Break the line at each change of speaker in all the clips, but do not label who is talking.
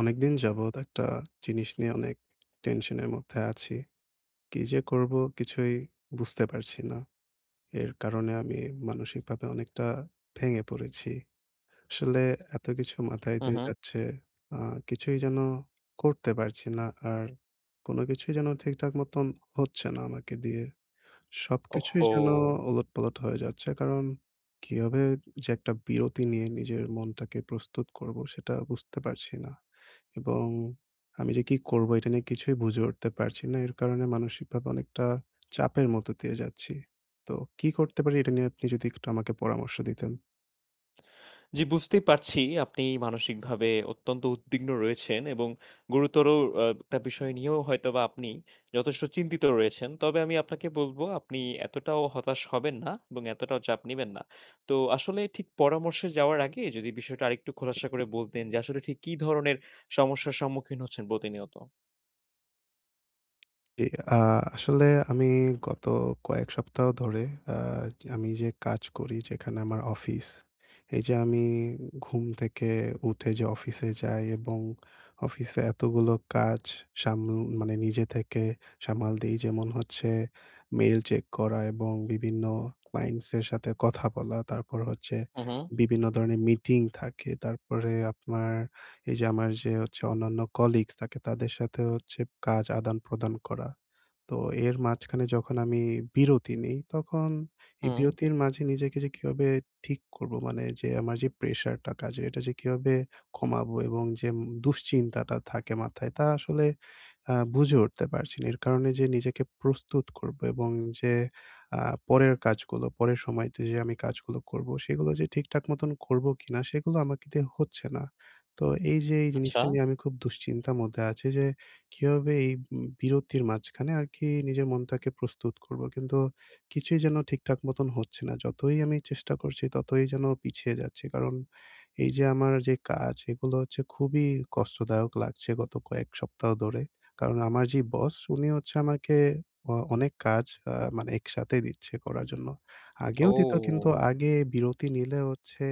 অনেকদিন যাবৎ একটা জিনিস নিয়ে অনেক টেনশনের মধ্যে আছি। কি যে করব কিছুই বুঝতে পারছি না। এর কারণে আমি মানসিকভাবে অনেকটা ভেঙে পড়েছি। আসলে এত কিছু মাথায়
হুম,
দিয়ে
হুম।
যাচ্ছে, আ কিছুই যেন করতে পারছি না। আর কোন কিছুই যেন ঠিকঠাক মতন হচ্ছে না আমাকে দিয়ে। সবকিছুই
ওহহো!
যেন ওলটপালট হয়ে যাচ্ছে। কারণ কিভাবে যে একটা বিরতি নিয়ে নিজের মনটাকে প্রস্তুত করবো সেটা বুঝতে পারছি না। এবং আমি যে কি করবো এটা নিয়ে কিছুই বুঝে উঠতে পারছি না। এর কারণে মানসিকভাবে অনেকটা চাপের মধ্য দিয়ে যাচ্ছি। তো কি করতে পারি এটা নিয়ে আপনি যদি একটু আমাকে পরামর্শ দিতেন?
জি, বুঝতেই পারছি আপনি মানসিকভাবে অত্যন্ত উদ্বিগ্ন রয়েছেন এবং গুরুতর একটা বিষয় নিয়েও হয়তোবা আপনি যথেষ্ট চিন্তিত রয়েছেন। তবে আমি আপনাকে বলব, আপনি এতটাও হতাশ হবেন না এবং এতটাও চাপ নিবেন না। তো আসলে ঠিক পরামর্শে যাওয়ার আগে যদি বিষয়টা আরেকটু খোলাসা করে বলতেন, যে আসলে ঠিক কি ধরনের সমস্যার সম্মুখীন হচ্ছেন প্রতিনিয়ত?
জি, আ আসলে আমি গত কয়েক সপ্তাহ ধরে আ আমি যে কাজ করি, যেখানে আমার অফিস, এই যে আমি ঘুম থেকে উঠে যে অফিসে যাই এবং অফিসে এতগুলো কাজ সামল মানে নিজে থেকে সামাল দিই। যেমন হচ্ছে মেইল চেক করা এবং বিভিন্ন ক্লায়েন্টস এর সাথে কথা বলা। তারপর হচ্ছে
হুম, হুম,
বিভিন্ন ধরনের মিটিং থাকে। তারপরে আপনার এই যে আমার যে হচ্ছে অন্যান্য কলিগস থাকে, তাদের সাথে হচ্ছে কাজ আদান-প্রদান করা। তো এর মাঝখানে যখন আমি বিরতি নিই, তখন এই
হুম।
বিরতির মাঝে নিজেকে যে কিভাবে ঠিক করব, মানে যে আমার যে প্রেশারটা কাজের, এটা যে কিভাবে কমাবো এবং যে দুশ্চিন্তাটা থাকে মাথায়, তা আসলে বুঝে উঠতে পারছি না। এর কারণে যে নিজেকে প্রস্তুত করবো এবং যে আ পরের কাজগুলো, পরের সময়তে যে আমি কাজগুলো করবো, সেগুলো যে ঠিকঠাক মতন করবো কিনা, সেগুলো আমাকে দিয়ে হচ্ছে না। তো এই যে এই
আচ্ছা।
জিনিসটা নিয়ে আমি খুব দুশ্চিন্তার মধ্যে আছি যে কিভাবে এই বিরতির মাঝখানে আরকি নিজের মনটাকে প্রস্তুত করব। কিন্তু কিছুই যেন ঠিকঠাক মতন হচ্ছে না। যতই আমি চেষ্টা করছি ততই যেন পিছিয়ে যাচ্ছি। কারণ এই যে আমার যে কাজ, এগুলো হচ্ছে খুবই কষ্টদায়ক লাগছে গত কয়েক সপ্তাহ ধরে। কারণ আমার যে বস, উনি হচ্ছে আমাকে অনেক কাজ মানে একসাথে দিচ্ছে করার জন্য। আগেও দিত, কিন্তু
ও!
আগে বিরতি নিলে হচ্ছে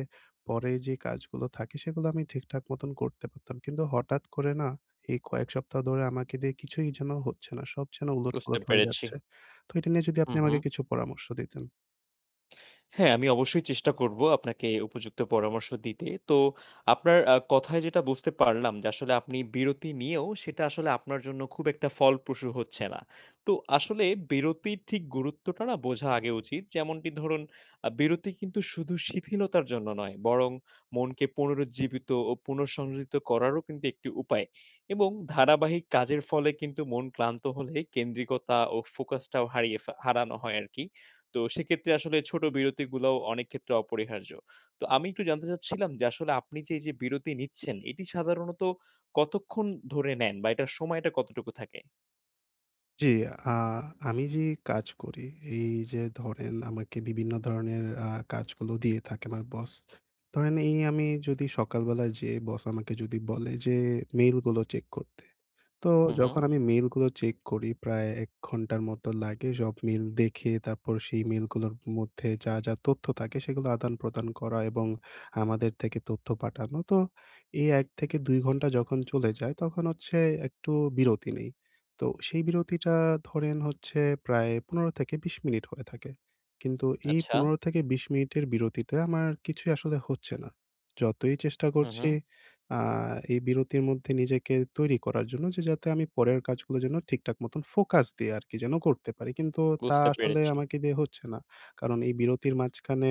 পরে যে কাজগুলো থাকে সেগুলো আমি ঠিকঠাক মতন করতে পারতাম। কিন্তু হঠাৎ করে না, এই কয়েক সপ্তাহ ধরে আমাকে দিয়ে কিছুই যেন হচ্ছে না। সব যেন
বুঝতে
উলটপালট হয়ে
পেরেছি।
যাচ্ছে। তো এটা নিয়ে যদি আপনি
হুম,
আমাকে
হুম।
কিছু পরামর্শ দিতেন।
হ্যাঁ, আমি অবশ্যই চেষ্টা করব আপনাকে উপযুক্ত পরামর্শ দিতে। তো আপনার কথায় যেটা বুঝতে পারলাম, যে আসলে আপনি বিরতি নিয়েও সেটা আসলে আপনার জন্য খুব একটা ফলপ্রসূ হচ্ছে না। তো আসলে বিরতির ঠিক গুরুত্বটা না বোঝা আগে উচিত। যেমনটি ধরুন, বিরতি কিন্তু শুধু শিথিলতার জন্য নয়, বরং মনকে পুনরুজ্জীবিত ও পুনঃসংযোজিত করারও কিন্তু একটি উপায়। এবং ধারাবাহিক কাজের ফলে কিন্তু মন ক্লান্ত হলে কেন্দ্রিকতা ও ফোকাসটাও হারিয়ে হারানো হয় আরকি। তো সেক্ষেত্রে আসলে ছোট বিরতিগুলাও অনেক ক্ষেত্রে অপরিহার্য। তো আমি একটু জানতে চাচ্ছিলাম, যে আসলে আপনি যে এই যে বিরতি নিচ্ছেন, এটি সাধারণত কতক্ষণ ধরে নেন বা এটার সময়টা কতটুকু থাকে?
জি, আ আমি যে কাজ করি, এই যে ধরেন আমাকে বিভিন্ন ধরনের কাজগুলো দিয়ে থাকে আমার বস। ধরেন এই, আমি যদি সকালবেলা যেয়ে বস আমাকে যদি বলে যে মেইলগুলো চেক করতে। তো
হুম, হুম।
যখন আমি মেইলগুলো চেক করি প্রায় ১ ঘন্টার মতো লাগে সব মেইল দেখে, তারপর সেই মেইলগুলোর মধ্যে যা, যা তথ্য থাকে সেগুলো আদান-প্রদান করা এবং আমাদের থেকে তথ্য পাঠানো। তো এই ১ থেকে ২ ঘন্টা যখন চলে যায় তখন হচ্ছে একটু বিরতি নেই। তো সেই বিরতিটা ধরেন হচ্ছে প্রায় ১৫ থেকে ২০ মিনিট হয়ে থাকে। কিন্তু এই
আচ্ছা।
১৫ থেকে ২০ মিনিটের বিরতিতে আমার কিছুই আসলে হচ্ছে না। যতই চেষ্টা
হুম,
করছি
হুম।
আ এই বিরতির মধ্যে নিজেকে তৈরি করার জন্য, যে যাতে আমি পরের কাজগুলো যেন ঠিকঠাক মতন ফোকাস দিয়ে আরকি যেন করতে পারি। কিন্তু তা
বুঝতে
আসলে
পেরেছি।
আমাকে দিয়ে হচ্ছে না। কারণ এই বিরতির মাঝখানে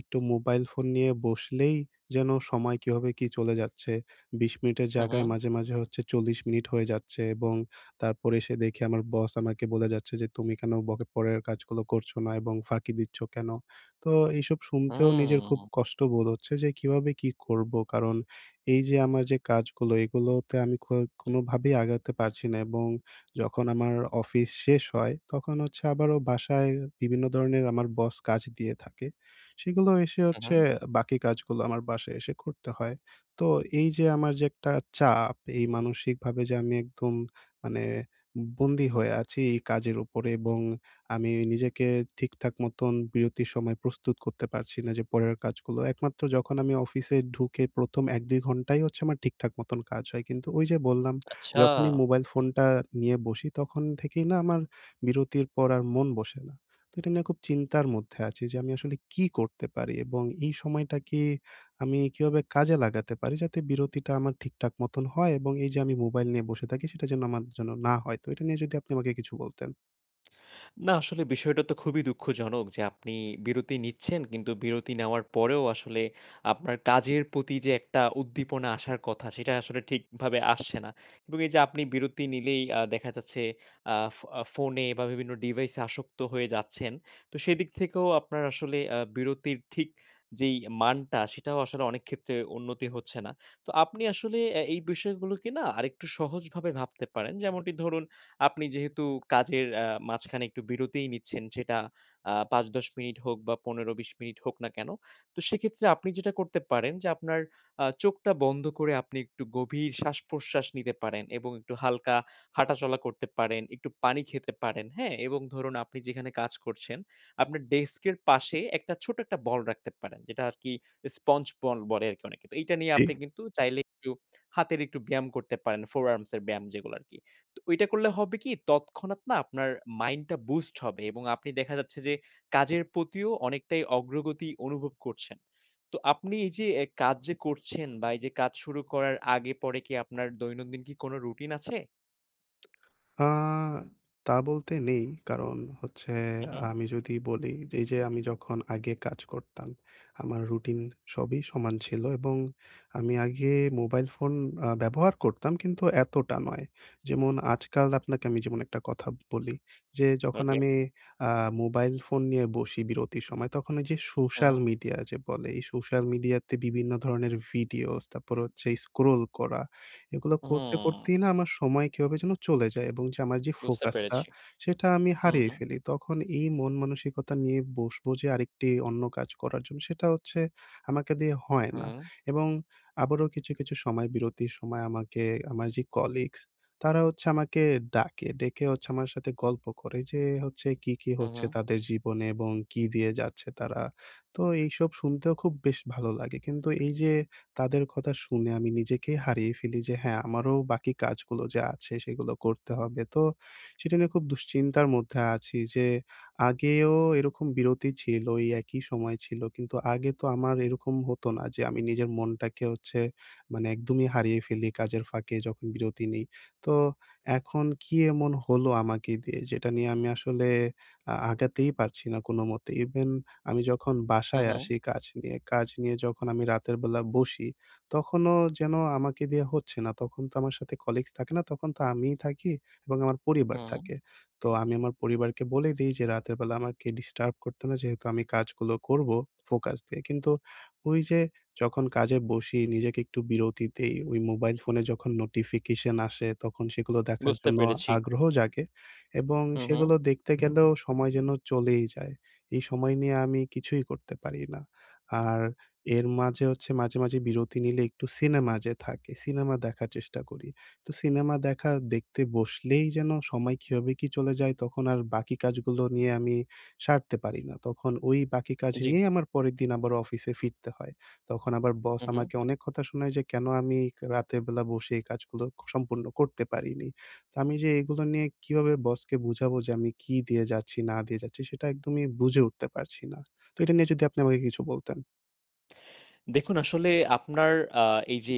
একটু মোবাইল ফোন নিয়ে বসলেই যেন সময় কিভাবে কি চলে যাচ্ছে। ২০ মিনিটের
হুম,
জায়গায়
হুম।
মাঝে, মাঝে হচ্ছে ৪০ মিনিট হয়ে যাচ্ছে, এবং তারপরে এসে দেখি আমার বস আমাকে বলে যাচ্ছে যে, "তুমি কেন পরের কাজগুলো করছো না এবং ফাঁকি দিচ্ছ কেন?" তো এইসব শুনতেও
হুম,
নিজের খুব
হুম।
কষ্ট বোধ হচ্ছে যে কিভাবে কি করব। কারণ এই যে আমার যে কাজগুলো, এগুলোতে আমি কোনোভাবেই আগাতে পারছি না এবং যখন আমার অফিস শেষ হয় তখন হচ্ছে আবারও বাসায় বিভিন্ন ধরনের আমার বস কাজ দিয়ে থাকে। সেগুলো এসে হচ্ছে
হুম,
বাকি কাজগুলো আমার বাসায় এসে করতে হয়। তো এই যে আমার যে একটা চাপ, এই মানসিকভাবে যে আমি একদম মানে বন্দী হয়ে আছি এই কাজের উপরে এবং আমি নিজেকে ঠিকঠাক মতন বিরতির সময় প্রস্তুত করতে পারছি না যে পরের কাজগুলো। একমাত্র যখন আমি অফিসে ঢুকে ১ম ১-২ ঘন্টাই হচ্ছে আমার ঠিকঠাক মতন কাজ হয়। কিন্তু ওই যে বললাম,
আচ্ছা।
যখনই মোবাইল ফোনটা নিয়ে বসি তখন থেকেই না আমার বিরতির পর আর মন বসে না। তো এটা নিয়ে খুব চিন্তার মধ্যে আছি যে আমি আসলে কি করতে পারি এবং এই সময়টা কি আমি কিভাবে কাজে লাগাতে পারি, যাতে বিরতিটা আমার ঠিকঠাক মতন হয় এবং এই যে আমি মোবাইল নিয়ে বসে থাকি সেটা যেন আমার জন্য না হয়। তো এটা নিয়ে যদি আপনি আমাকে কিছু বলতেন।
না, আসলে বিষয়টা তো খুবই দুঃখজনক যে আপনি বিরতি নিচ্ছেন, কিন্তু বিরতি নেওয়ার পরেও আসলে আপনার কাজের প্রতি যে একটা উদ্দীপনা আসার কথা, সেটা আসলে ঠিকভাবে আসছে না। এবং এই যে আপনি বিরতি নিলেই দেখা যাচ্ছে ফোনে বা বিভিন্ন ডিভাইসে আসক্ত হয়ে যাচ্ছেন। তো সেদিক থেকেও আপনার আসলে বিরতির ঠিক যেই মানটা, সেটাও আসলে অনেক ক্ষেত্রে উন্নতি হচ্ছে না। তো আপনি আসলে এই বিষয়গুলোকে না আরেকটু সহজভাবে ভাবতে পারেন। যেমনটি ধরুন, আপনি যেহেতু কাজের মাঝখানে একটু বিরতিই নিচ্ছেন, সেটা ৫-১০ মিনিট হোক বা ১৫-২০ মিনিট হোক না কেন? তো সেক্ষেত্রে আপনি যেটা করতে পারেন, যে আপনার চোখটা বন্ধ করে আপনি একটু গভীর শ্বাস-প্রশ্বাস নিতে পারেন এবং একটু হালকা হাঁটাচলা করতে পারেন, একটু পানি খেতে পারেন, হ্যাঁ? এবং ধরুন, আপনি যেখানে কাজ করছেন, আপনার ডেস্কের পাশে একটা ছোট একটা বল রাখতে পারেন, যেটা আরকি স্পঞ্জ বল বলে আরকি অনেকে। তো এইটা নিয়ে
জি।
আপনি কিন্তু চাইলে একটু হাতের একটু ব্যায়াম করতে পারেন। ফোর আর্মস এর ব্যায়াম যেগুলো আরকি। তো ওইটা করলে হবে কি, তৎক্ষণাৎ না আপনার মাইন্ডটা বুস্ট হবে এবং আপনি দেখা যাচ্ছে যে কাজের প্রতিও অনেকটাই অগ্রগতি অনুভব করছেন। তো আপনি এই যে এ কাজ যে করছেন বা এই যে কাজ শুরু করার আগে পরে কি আপনার দৈনন্দিন কি কোনো রুটিন আছে?
আ তা বলতে নেই। কারণ হচ্ছে,
হু, হু।
আমি যদি বলি যে এই যে আমি যখন আগে কাজ করতাম, আমার রুটিন সবই সমান ছিল এবং আমি আগে মোবাইল ফোন ব্যবহার করতাম, কিন্তু এতটা নয়। যেমন আজকাল আপনাকে আমি যেমন একটা কথা বলি, যে যখন
ওকে।
আমি আ মোবাইল ফোন নিয়ে বসি বিরতির সময়, তখন ওই যে
হু,
সোশ্যাল
হু।
মিডিয়া যে বলে, এই সোশ্যাল মিডিয়াতে বিভিন্ন ধরনের ভিডিওস, তারপর হচ্ছে স্ক্রল করা, এগুলো করতে,
হুম,
করতেই না আমার সময় কিভাবে যেন চলে যায় এবং যে আমার যে
বুঝতে
ফোকাসটা,
পেরেছি।
সেটা আমি
হু,
হারিয়ে
হু,
ফেলি। তখন এই মন মানসিকতা নিয়ে বসবো যে আরেকটি অন্য কাজ করার জন্য, সেটা হচ্ছে আমাকে দিয়ে হয় না।
হু,
এবং আবারও কিছু, কিছু সময় বিরতির সময় আমাকে আমার যে কলিগস, তারা হচ্ছে আমাকে ডাকে। ডেকে হচ্ছে আমার সাথে গল্প করে যে হচ্ছে কি, কি
হু, হু,
হচ্ছে তাদের জীবনে এবং কি দিয়ে যাচ্ছে তারা। তো এইসব শুনতেও খুব বেশ ভালো লাগে। কিন্তু এই যে তাদের কথা শুনে আমি নিজেকেই হারিয়ে ফেলি যে হ্যাঁ, আমারও বাকি কাজগুলো যা আছে সেগুলো করতে হবে। তো সেটা নিয়ে খুব দুশ্চিন্তার মধ্যে আছি যে আগেও এরকম বিরতি ছিল, এই একই সময় ছিল। কিন্তু আগে তো আমার এরকম হতো না যে আমি নিজের মনটাকে হচ্ছে মানে একদমই হারিয়ে ফেলি কাজের ফাঁকে যখন বিরতি নিই। তো এখন কি এমন হলো আমাকে দিয়ে, যেটা নিয়ে আমি আসলে আগাতেই পারছি না কোনমতে। ইভেন আমি যখন বাসায়
হু,
আসি কাজ নিয়ে, কাজ নিয়ে যখন আমি রাতের বেলা বসি, তখনও যেন আমাকে দিয়ে হচ্ছে না। তখন তো আমার সাথে কলিগস থাকে না, তখন তো আমিই থাকি এবং আমার পরিবার
হু,
থাকে। তো আমি আমার পরিবারকে বলে দেই যে, "রাতের বেলা আমাকে ডিস্টার্ব করতে না, যেহেতু আমি কাজগুলো করব ফোকাস দিয়ে।" কিন্তু ওই যে, যখন কাজে বসি, নিজেকে একটু বিরতি দেই, ওই মোবাইল ফোনে যখন নোটিফিকেশন আসে, তখন সেগুলো দেখার
বুঝতে
জন্য
পেরেছি।
আগ্রহ জাগে এবং
হু, হু।
সেগুলো দেখতে গেলেও সময় যেন চলেই যায়। এই সময় নিয়ে আমি কিছুই করতে পারি না। আর এর মাঝে হচ্ছে মাঝে, মাঝে বিরতি নিলে একটু সিনেমা যে থাকে, সিনেমা দেখার চেষ্টা করি। তো সিনেমা দেখা দেখতে বসলেই যেন সময় কিভাবে কি চলে যায়, তখন আর বাকি কাজগুলো নিয়ে আমি সারতে পারি না। তখন ওই বাকি কাজ
জি।
নিয়ে আমার পরের দিন আবার অফিসে ফিরতে হয়। তখন আবার বস
হু, হু।
আমাকে অনেক কথা শোনায় যে কেন আমি রাতের বেলা বসে এই কাজগুলো সম্পূর্ণ করতে পারিনি। তো আমি যে এগুলো নিয়ে কিভাবে বসকে বুঝাবো যে আমি কি দিয়ে যাচ্ছি না দিয়ে যাচ্ছি, সেটা একদমই বুঝে উঠতে পারছি না। তো এটা নিয়ে যদি আপনি আমাকে কিছু বলতেন।
দেখুন আসলে আপনার আ এই যে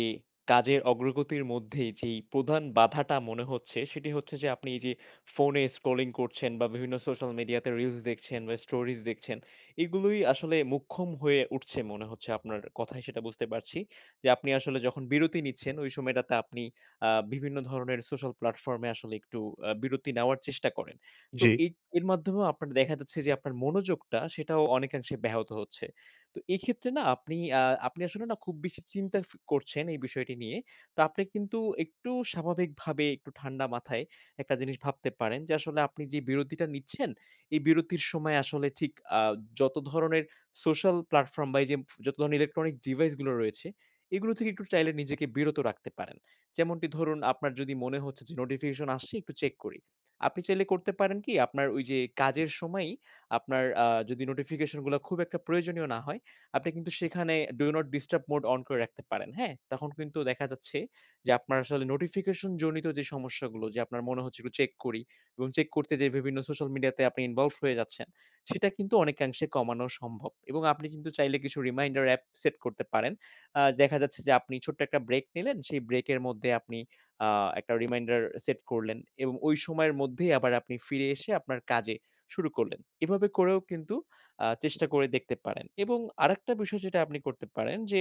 কাজের অগ্রগতির মধ্যেই যেই প্রধান বাধাটা মনে হচ্ছে, সেটি হচ্ছে যে আপনি এই যে ফোনে স্ক্রলিং করছেন বা বিভিন্ন সোশ্যাল মিডিয়াতে রিলস দেখছেন বা স্টোরিজ দেখছেন, এগুলোই আসলে মোক্ষম হয়ে উঠছে মনে হচ্ছে। আপনার কথায় সেটা বুঝতে পারছি। যে আপনি আসলে যখন বিরতি নিচ্ছেন, ওই সময়টাতে আপনি বিভিন্ন ধরনের সোশ্যাল প্ল্যাটফর্মে আসলে একটু বিরতি নেওয়ার চেষ্টা করেন। তো
জি।
এই এর মাধ্যমেও আপনার দেখা যাচ্ছে যে আপনার মনোযোগটা সেটাও অনেকাংশে ব্যাহত হচ্ছে। তো এক্ষেত্রে না আপনি আসলে না খুব বেশি চিন্তা করছেন এই বিষয়টি নিয়ে। তো আপনি কিন্তু একটু স্বাভাবিকভাবে একটু ঠান্ডা মাথায় একটা জিনিস ভাবতে পারেন, যে আসলে আপনি যে বিরতিটা নিচ্ছেন, এই বিরতির সময় আসলে ঠিক আ যত ধরনের সোশ্যাল প্ল্যাটফর্ম বা এই যে যত ধরনের ইলেকট্রনিক ডিভাইস গুলো রয়েছে, এগুলো থেকে একটু চাইলে নিজেকে বিরত রাখতে পারেন। যেমনটি ধরুন, আপনার যদি মনে হচ্ছে যে নোটিফিকেশন আসছে, একটু চেক করি। আপনি চাইলে করতে পারেন কি, আপনার ওই যে কাজের সময়ই আপনার যদি নোটিফিকেশন গুলা খুব একটা প্রয়োজনীয় না হয়, আপনি কিন্তু সেখানে do not disturb mode on করে রাখতে পারেন। হ্যাঁ? তখন কিন্তু দেখা যাচ্ছে যে আপনার আসলে নোটিফিকেশন জনিত যে সমস্যাগুলো, যে আপনার মনে হচ্ছে একটু চেক করি এবং চেক করতে যেয়ে বিভিন্ন সোশ্যাল মিডিয়াতে আপনি ইনভলভ হয়ে যাচ্ছেন, সেটা কিন্তু অনেকাংশে কমানো সম্ভব। এবং আপনি কিন্তু চাইলে কিছু রিমাইন্ডার অ্যাপ সেট করতে পারেন। দেখা যাচ্ছে যে আপনি ছোট্ট একটা ব্রেক নিলেন, সেই ব্রেকের মধ্যে আপনি আ একটা রিমাইন্ডার সেট করলেন এবং ওই সময়ের মধ্যেই আবার আপনি ফিরে এসে আপনার কাজে শুরু করলেন। এভাবে করেও কিন্তু চেষ্টা করে দেখতে পারেন। এবং আরেকটা বিষয় যেটা আপনি করতে পারেন যে,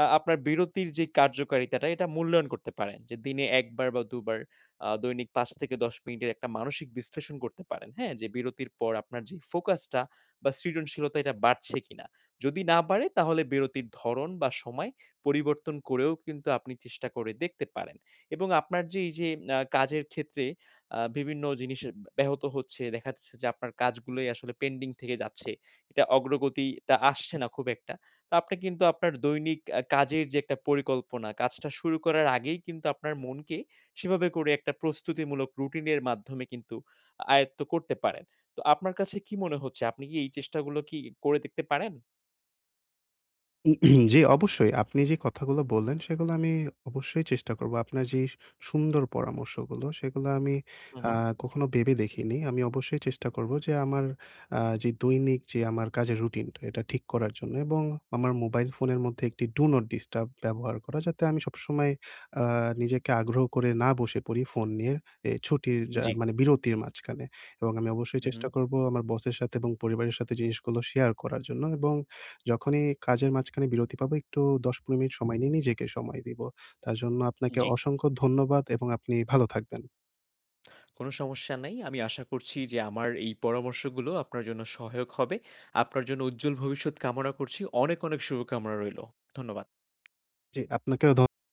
আপনার বিরতির যে কার্যকারিতাটা, এটা মূল্যায়ন করতে পারেন। যে দিনে ১ বার বা ২ বার দৈনিক ৫ থেকে ১০ মিনিটের একটা মানসিক বিশ্লেষণ করতে পারেন। হ্যাঁ? যে বিরতির পর আপনার যে ফোকাসটা বা সৃজনশীলতা এটা বাড়ছে কিনা? যদি না বাড়ে তাহলে বিরতির ধরন বা সময় পরিবর্তন করেও কিন্তু আপনি চেষ্টা করে দেখতে পারেন। এবং আপনার যে এই যে কাজের ক্ষেত্রে বিভিন্ন জিনিস ব্যাহত হচ্ছে, দেখা যাচ্ছে যে আপনার কাজগুলোই আসলে পেন্ডিং থেকে যাচ্ছে। এটা অগ্রগতিটা আসছে না খুব একটা। তো আপনি কিন্তু আপনার দৈনিক কাজের যে একটা পরিকল্পনা, কাজটা শুরু করার আগেই কিন্তু আপনার মনকে সেভাবে করে একটা প্রস্তুতিমূলক রুটিনের মাধ্যমে কিন্তু আয়ত্ত করতে পারেন। তো আপনার কাছে কি মনে হচ্ছে? আপনি কি এই চেষ্টাগুলো কি করে দেখতে পারেন?
জি, অবশ্যই। আপনি যে কথাগুলো বললেন সেগুলো আমি অবশ্যই চেষ্টা করব। আপনার যে সুন্দর পরামর্শগুলো সেগুলো আমি
হুম,
আ
হুম।
কখনো ভেবে দেখিনি। আমি অবশ্যই চেষ্টা করব যে আমার যে দৈনিক যে আমার কাজের রুটিনটা এটা ঠিক করার জন্য এবং আমার মোবাইল ফোনের মধ্যে একটি ডু নট ডিস্টার্ব ব্যবহার করা, যাতে আমি সবসময় আ নিজেকে আগ্রহ করে না বসে পড়ি ফোন নিয়ে এ ছুটির যা
জি।
মানে বিরতির মাঝখানে। এবং আমি অবশ্যই
হু, হুম।
চেষ্টা করব আমার বসের সাথে এবং পরিবারের সাথে জিনিসগুলো শেয়ার করার জন্য এবং যখনই কাজের মাঝখানে বিরতি পাবো একটু ১০-১৫ মিনিট সময় নিয়ে নিজেকে সময় দিব। তার জন্য আপনাকে
জি।
অসংখ্য ধন্যবাদ এবং আপনি ভালো থাকবেন।
কোনো সমস্যা নাই। আমি আশা করছি যে আমার এই পরামর্শগুলো আপনার জন্য সহায়ক হবে। আপনার জন্য উজ্জ্বল ভবিষ্যৎ কামনা করছি। অনেক, অনেক শুভকামনা রইলো। ধন্যবাদ।
জি, আপনাকেও ধ